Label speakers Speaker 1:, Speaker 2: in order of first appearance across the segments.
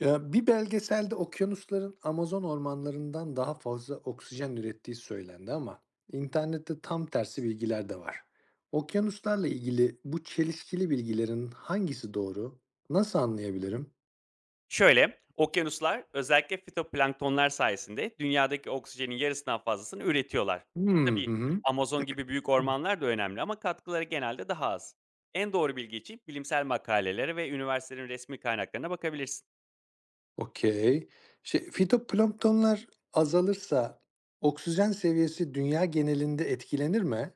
Speaker 1: Ya bir belgeselde okyanusların Amazon ormanlarından daha fazla oksijen ürettiği söylendi ama internette tam tersi bilgiler de var. Okyanuslarla ilgili bu çelişkili bilgilerin hangisi doğru? Nasıl anlayabilirim?
Speaker 2: Şöyle, okyanuslar özellikle fitoplanktonlar sayesinde dünyadaki oksijenin yarısından fazlasını üretiyorlar.
Speaker 1: Hmm, hı
Speaker 2: Tabii,
Speaker 1: hı.
Speaker 2: Amazon gibi büyük ormanlar da önemli, ama katkıları genelde daha az. En doğru bilgi için bilimsel makalelere ve üniversitelerin resmi kaynaklarına bakabilirsin.
Speaker 1: Okey. Fitoplanktonlar azalırsa oksijen seviyesi dünya genelinde etkilenir mi?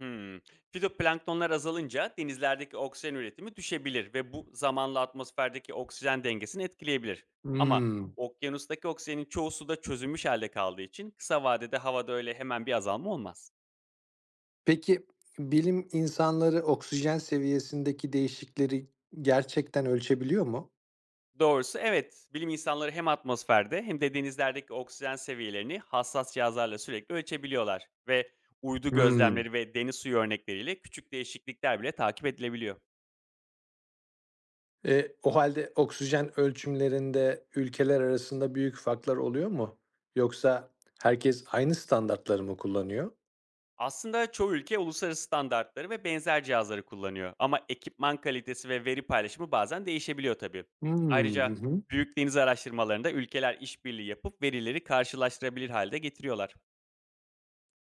Speaker 2: Hmm. Fitoplanktonlar azalınca denizlerdeki oksijen üretimi düşebilir ve bu zamanla atmosferdeki oksijen dengesini etkileyebilir. Ama
Speaker 1: Hmm.
Speaker 2: okyanustaki oksijenin çoğu suda çözülmüş halde kaldığı için kısa vadede havada öyle hemen bir azalma olmaz.
Speaker 1: Peki, bilim insanları oksijen seviyesindeki değişikleri gerçekten ölçebiliyor mu?
Speaker 2: Doğrusu, evet. Bilim insanları hem atmosferde hem de denizlerdeki oksijen seviyelerini hassas cihazlarla sürekli ölçebiliyorlar ve uydu
Speaker 1: Hımm.
Speaker 2: gözlemleri ve deniz suyu örnekleriyle küçük değişiklikler bile takip edilebiliyor.
Speaker 1: O halde oksijen ölçümlerinde ülkeler arasında büyük farklar oluyor mu? Yoksa herkes aynı standartları mı kullanıyor?
Speaker 2: Aslında çoğu ülke uluslararası standartları ve benzer cihazları kullanıyor, ama ekipman kalitesi ve veri paylaşımı bazen değişebiliyor tabii.
Speaker 1: Hımm.
Speaker 2: Ayrıca
Speaker 1: Hı hı.
Speaker 2: büyük deniz araştırmalarında ülkeler işbirliği yapıp verileri karşılaştırabilir halde getiriyorlar.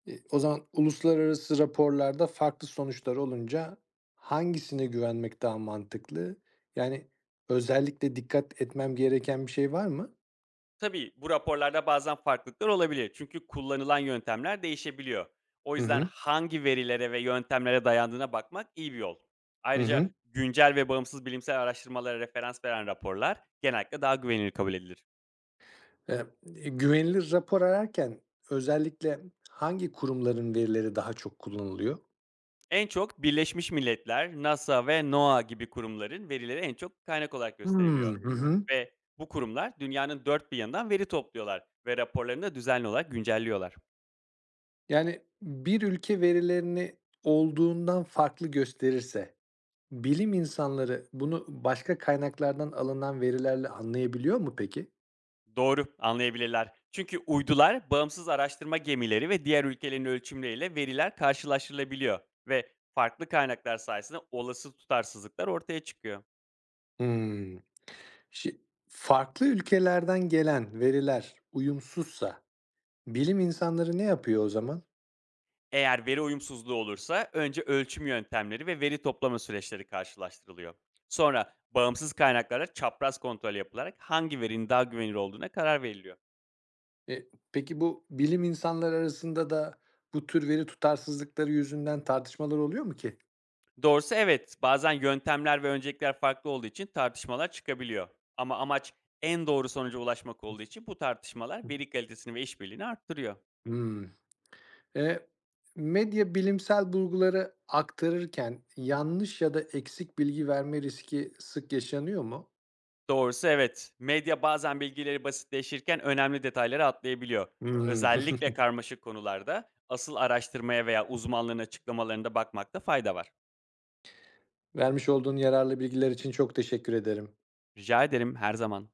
Speaker 1: O zaman uluslararası raporlarda farklı sonuçlar olunca hangisine güvenmek daha mantıklı? Yani özellikle dikkat etmem gereken bir şey var mı?
Speaker 2: Tabii, bu raporlarda bazen farklılıklar olabilir, çünkü kullanılan yöntemler değişebiliyor. O
Speaker 1: Hı
Speaker 2: yüzden
Speaker 1: hı.
Speaker 2: hangi verilere ve yöntemlere dayandığına bakmak iyi bir yol.
Speaker 1: Hı
Speaker 2: Ayrıca
Speaker 1: hı.
Speaker 2: güncel ve bağımsız bilimsel araştırmalara referans veren raporlar genellikle daha güvenilir kabul edilir.
Speaker 1: Eee, Güvenilir rapor ararken özellikle hangi kurumların verileri daha çok kullanılıyor?
Speaker 2: En çok Birleşmiş Milletler, NASA ve NOAA gibi kurumların verileri en çok kaynak olarak gösteriliyor.
Speaker 1: Hımm. Hı hı.
Speaker 2: Ve bu kurumlar dünyanın dört bir yanından veri topluyorlar ve raporlarını da düzenli olarak güncelliyorlar.
Speaker 1: Yani, bir ülke verilerini olduğundan farklı gösterirse, bilim insanları bunu başka kaynaklardan alınan verilerle anlayabiliyor mu peki?
Speaker 2: Doğru, anlayabilirler. Çünkü uydular, bağımsız araştırma gemileri ve diğer ülkelerin ölçümleriyle veriler karşılaştırılabiliyor ve farklı kaynaklar sayesinde olası tutarsızlıklar ortaya çıkıyor.
Speaker 1: Hımm. Şi Farklı ülkelerden gelen veriler uyumsuzsa bilim insanları ne yapıyor o zaman?
Speaker 2: Eğer veri uyumsuzluğu olursa önce ölçüm yöntemleri ve veri toplama süreçleri karşılaştırılıyor. Sonra bağımsız kaynaklara çapraz kontrol yapılarak hangi verinin daha güvenilir olduğuna karar veriliyor.
Speaker 1: E, peki, bu bilim insanları arasında da bu tür veri tutarsızlıkları yüzünden tartışmalar oluyor mu ki?
Speaker 2: Doğrusu, evet, bazen yöntemler ve öncelikler farklı olduğu için tartışmalar çıkabiliyor. Ama amaç en doğru sonuca ulaşmak olduğu için bu tartışmalar veri kalitesini ve işbirliğini arttırıyor.
Speaker 1: Hımm. Eee, Medya bilimsel bulguları aktarırken yanlış ya da eksik bilgi verme riski sık yaşanıyor mu?
Speaker 2: Doğrusu, evet, medya bazen bilgileri basitleşirken önemli detayları atlayabiliyor.
Speaker 1: Hımm.
Speaker 2: Özellikle karmaşık konularda asıl araştırmaya veya uzmanlığın açıklamalarında bakmakta fayda var.
Speaker 1: Vermiş olduğun yararlı bilgiler için çok teşekkür ederim.
Speaker 2: Rica ederim, her zaman.